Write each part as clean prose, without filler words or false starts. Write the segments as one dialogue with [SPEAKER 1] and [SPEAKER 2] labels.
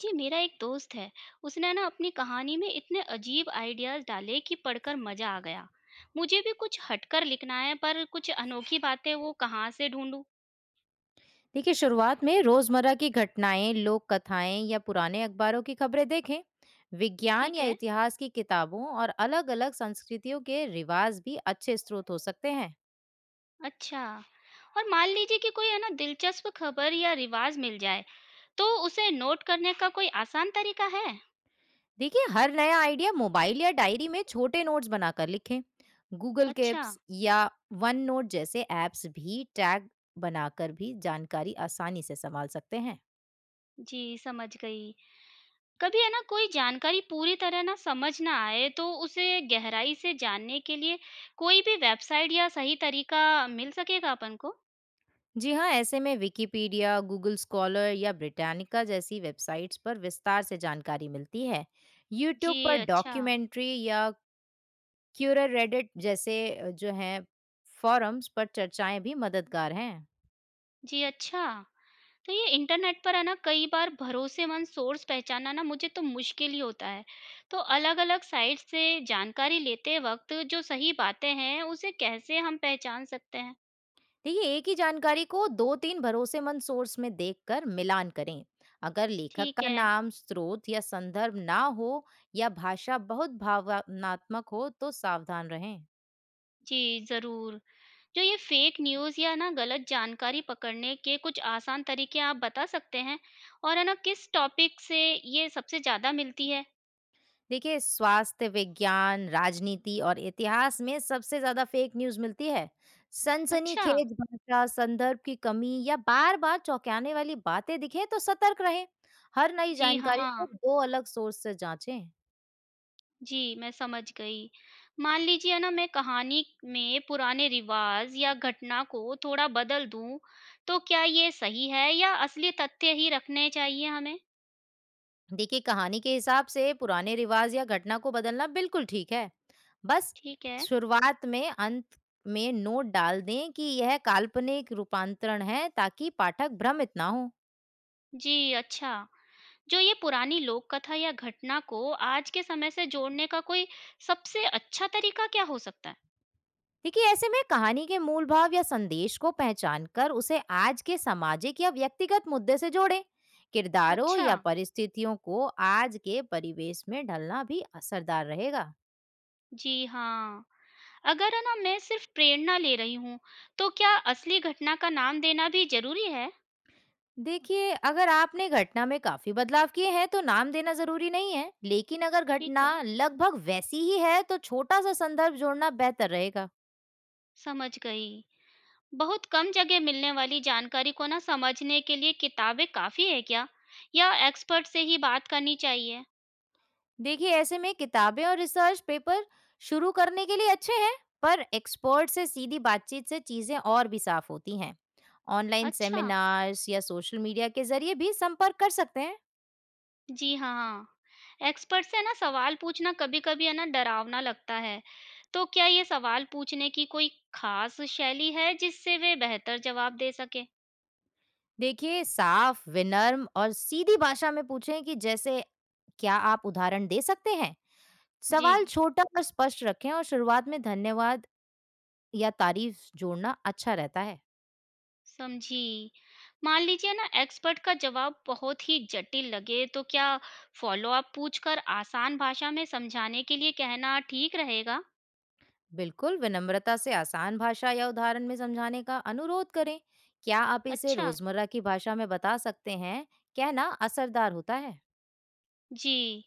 [SPEAKER 1] जी मेरा एक दोस्त है। उसने ना अपनी कहानी में इतने अजीब आइडियाज डाले कि पढ़कर मजा आ गया। मुझे भी कुछ हटकर लिखना है, पर कुछ अनोखी बातें वो कहाँ से ढूंढूं?
[SPEAKER 2] देखिए शुरुआत में रोजमर्रा की घटनाएं, लोक कथाएं या पुराने अखबारों की खबरें देखें। विज्ञान
[SPEAKER 1] ठीक
[SPEAKER 2] या
[SPEAKER 1] है।
[SPEAKER 2] इतिहास की किताबों और अलग-अलग संस्कृतियों के रिवाज भी अच्छे स्रोत हो सकते हैं।
[SPEAKER 1] अच्छा, और मान लीजिए कि कोई है ना दिलचस्प खबर या रिवाज मिल जाए, तो उसे नोट करने का कोई आसान तरीका है?
[SPEAKER 2] देखिए हर नया आइडिया मोबाइल या डायरी में छोटे नोट्स बनाकर लिखें। गूगल के
[SPEAKER 1] अच्छा।
[SPEAKER 2] एप्स या वन नोट जैसे एप्स भी टैग बनाकर भी जानकारी आसानी से संभाल सकते हैं।
[SPEAKER 1] जी, समझ गई। कभी है ना कोई जानकारी पूरी तरह ना समझ ना आए तो उसे गहराई से जानने के लिए कोई भी वेबसाइट या सही तरीका मिल सकेगा अपन को?
[SPEAKER 2] जी हाँ, ऐसे में विकिपीडिया, गूगल स्कॉलर या ब्रिटानिका जैसी वेबसाइट्स पर विस्तार से जानकारी मिलती है।
[SPEAKER 1] जी
[SPEAKER 2] यूट्यूब पर
[SPEAKER 1] अच्छा।
[SPEAKER 2] डॉक्यूमेंट्री या क्यूरर, रेडिट जैसे जो हैं फोरम्स पर चर्चाएं भी मददगार हैं।
[SPEAKER 1] जी अच्छा। तो ये इंटरनेट पर है ना कई बार भरोसेमंद सोर्स पहचानना ना मुझे तो मुश्किल ही होता है। तो अलग-अलग साइट से जानकारी लेते वक्त जो सही बातें हैं उसे कैसे हम पहचान सकते हैं?
[SPEAKER 2] देखिए एक ही जानकारी को दो तीन भरोसेमंद सोर्स में देखकर मिलान करें। अगर लेखक
[SPEAKER 1] ठीक
[SPEAKER 2] का
[SPEAKER 1] है।
[SPEAKER 2] नाम, स्रोत या संदर्भ ना हो या भाषा बहुत भावनात्मक हो तो सावधान रहें।
[SPEAKER 1] जी, ज़रूर। जो ये फेक न्यूज़ या ना गलत जानकारी पकड़ने के कुछ आसान तरीके आप बता सकते हैं? और है ना किस टॉपिक से ये सबसे ज़्यादा मिलती है?
[SPEAKER 2] देखिए स्वास्थ्य, विज्ञान, राजनीति और इतिहास में सबसे ज्यादा फेक न्यूज मिलती है।
[SPEAKER 1] अच्छा।
[SPEAKER 2] सनसनीखेज भाषा, संदर्भ की कमी या बार बार चौंकाने वाली बातें दिखे तो सतर्क रहें। हर नई
[SPEAKER 1] जी हाँ।
[SPEAKER 2] जानकारी को दो अलग सोर्स से जांचें।
[SPEAKER 1] जी मैं समझ गई। मान लीजिए ना मैं कहानी में पुराने रिवाज या घटना को थोड़ा बदल दूँ, तो क्या ये सही है या असली तथ्य ही रखने चाहिए हमें?
[SPEAKER 2] देखिए कहानी के हिसाब से पुराने रिवाज या घटना को बदलना बिल्कुल ठीक है। बस
[SPEAKER 1] ठीक है।
[SPEAKER 2] शुरुआत में, अंत में नोट डाल दें कि यह काल्पनिक रूपांतरण है ताकि पाठक भ्रमित ना हो।
[SPEAKER 1] जी, अच्छा। जो ये पुरानी लोक कथा या घटना को आज के समय से जोड़ने का कोई सबसे अच्छा तरीका क्या हो सकता है?
[SPEAKER 2] देखिए ऐसे में कहानी के मूल भाव या संदेश को पहचान कर उसे आज के सामाजिक या व्यक्तिगत मुद्दे से जोड़ें। किरदारों
[SPEAKER 1] अच्छा।
[SPEAKER 2] या परिस्थितियों को आज के परिवेश में ढलना भी असरदार रहेगा।
[SPEAKER 1] जी हाँ। अगर है ना मैं सिर्फ प्रेरणा ले रही हूँ, तो क्या असली घटना का नाम देना भी ज़रूरी है?
[SPEAKER 2] देखिए अगर आपने घटना में काफी बदलाव किए हैं तो नाम देना जरूरी नहीं है, लेकिन अगर
[SPEAKER 1] ठीक
[SPEAKER 2] घटना
[SPEAKER 1] है,
[SPEAKER 2] लगभग वैसी ही है तो छोटा सा संदर्भ जोड़ना बेहतर रहेगा।
[SPEAKER 1] समझ गई। बहुत कम जगह मिलने वाली जानकारी को ना समझने के लिए किताबें काफ़ी है क्या? या एक्सपर्ट से ही बात करनी चाहिए?
[SPEAKER 2] देखिए ऐसे में किताबें और रिसर्च पेपर शुरू करने के लिए अच्छे हैं, पर एक्सपर्ट से सीधी बातचीत से चीजें और भी साफ होती हैं। ऑनलाइन
[SPEAKER 1] अच्छा।
[SPEAKER 2] सेमिनार्स या सोशल मीडिया के जरिए भी संपर्क कर सकते हैं।
[SPEAKER 1] जी हाँ, हाँ। एक्सपर्ट से ना सवाल पूछना कभी-कभी है ना डरावना लगता है। तो क्या ये सवाल पूछने की कोई खास शैली है जिससे वे बेहतर जवाब दे सकें?
[SPEAKER 2] देखिए साफ, विनम्र और सीधी भाषा में पूछें कि जैसे क्या आप उदाहरण दे सकते हैं।
[SPEAKER 1] जी,
[SPEAKER 2] सवाल छोटा और स्पष्ट रखें और शुरुआत में धन्यवाद या तारीफ जोड़ना अच्छा रहता है।
[SPEAKER 1] समझी। मान लीजिए ना एक्सपर्ट का जवाब बहुत ही जटिल लगे तो क्या फॉलो अप पूछकर आसान भाषा में समझाने के लिए कहना ठीक रहेगा?
[SPEAKER 2] बिल्कुल, विनम्रता से आसान भाषा या उदाहरण में समझाने का अनुरोध करें। क्या आप इसे
[SPEAKER 1] अच्छा।
[SPEAKER 2] रोजमर्रा की भाषा में बता सकते हैं, कहना असरदार होता है।
[SPEAKER 1] जी,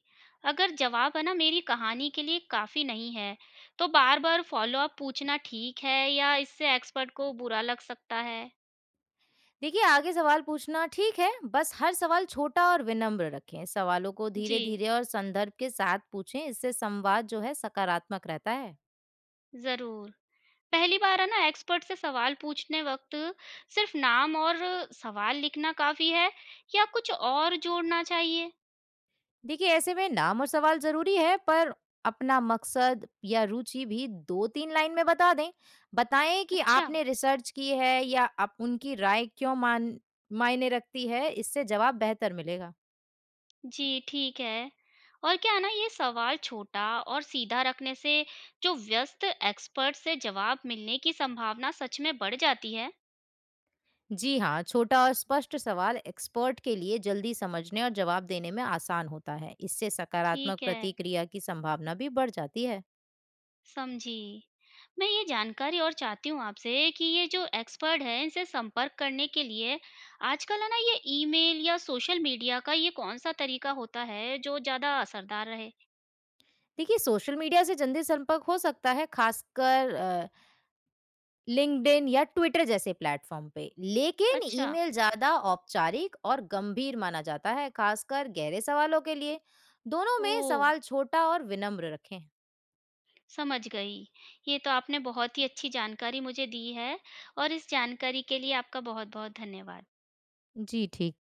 [SPEAKER 1] अगर जवाब है ना मेरी कहानी के लिए काफ़ी नहीं है, तो बार-बार फ़ॉलो-अप पूछना ठीक है या इससे एक्सपर्ट को बुरा लग सकता है?
[SPEAKER 2] देखिए आगे सवाल पूछना ठीक है, बस हर सवाल छोटा और विनम्र रखें। सवालों को धीरे
[SPEAKER 1] जी,
[SPEAKER 2] धीरे और संदर्भ के साथ पूछें, इससे संवाद जो है सकारात्मक रहता है।
[SPEAKER 1] ज़रूर। पहली बार है ना एक्सपर्ट से सवाल पूछने वक़्त सिर्फ़ नाम और सवाल लिखना काफ़ी है या कुछ और जोड़ना चाहिए?
[SPEAKER 2] देखिए ऐसे में नाम और सवाल जरूरी है, पर अपना मकसद या रुचि भी दो तीन लाइन में बता दें। बताएं कि
[SPEAKER 1] अच्छा,
[SPEAKER 2] आपने रिसर्च की है या आप उनकी राय क्यों मान मायने रखती है, इससे जवाब बेहतर मिलेगा।
[SPEAKER 1] जी ठीक है। और क्या है ना ये सवाल छोटा और सीधा रखने से जो व्यस्त एक्सपर्ट से जवाब मिलने की संभावना सच में बढ़ जाती है?
[SPEAKER 2] जी हाँ, छोटा और स्पष्ट सवाल एक्सपर्ट के लिए जल्दी समझने और जवाब देने में आसान होता है। इससे सकारात्मक
[SPEAKER 1] ठीक है,
[SPEAKER 2] प्रतिक्रिया की संभावना भी बढ़ जाती है।
[SPEAKER 1] समझी। मैं ये जानकारी और चाहती हूँ आपसे कि ये जो एक्सपर्ट है, इनसे संपर्क करने के लिए आजकल है ना ये ईमेल या सोशल मीडिया का ये कौन-सा तरीका होता है जो ज़्यादा असरदार रहे?
[SPEAKER 2] देखिए सोशल मीडिया से जल्दी संपर्क हो सकता है, खासकर लिंक्डइन या ट्विटर जैसे प्लेटफॉर्म पे, लेकिन
[SPEAKER 1] अच्छा।
[SPEAKER 2] ईमेल ज्यादा औपचारिक और गंभीर माना जाता है, खासकर गहरे सवालों के लिए। दोनों में
[SPEAKER 1] ओह!
[SPEAKER 2] सवाल छोटा और विनम्र रखें।
[SPEAKER 1] समझ गई। ये तो आपने बहुत ही अच्छी जानकारी मुझे दी है और इस जानकारी के लिए आपका बहुत-बहुत धन्यवाद।
[SPEAKER 2] जी ठीक है।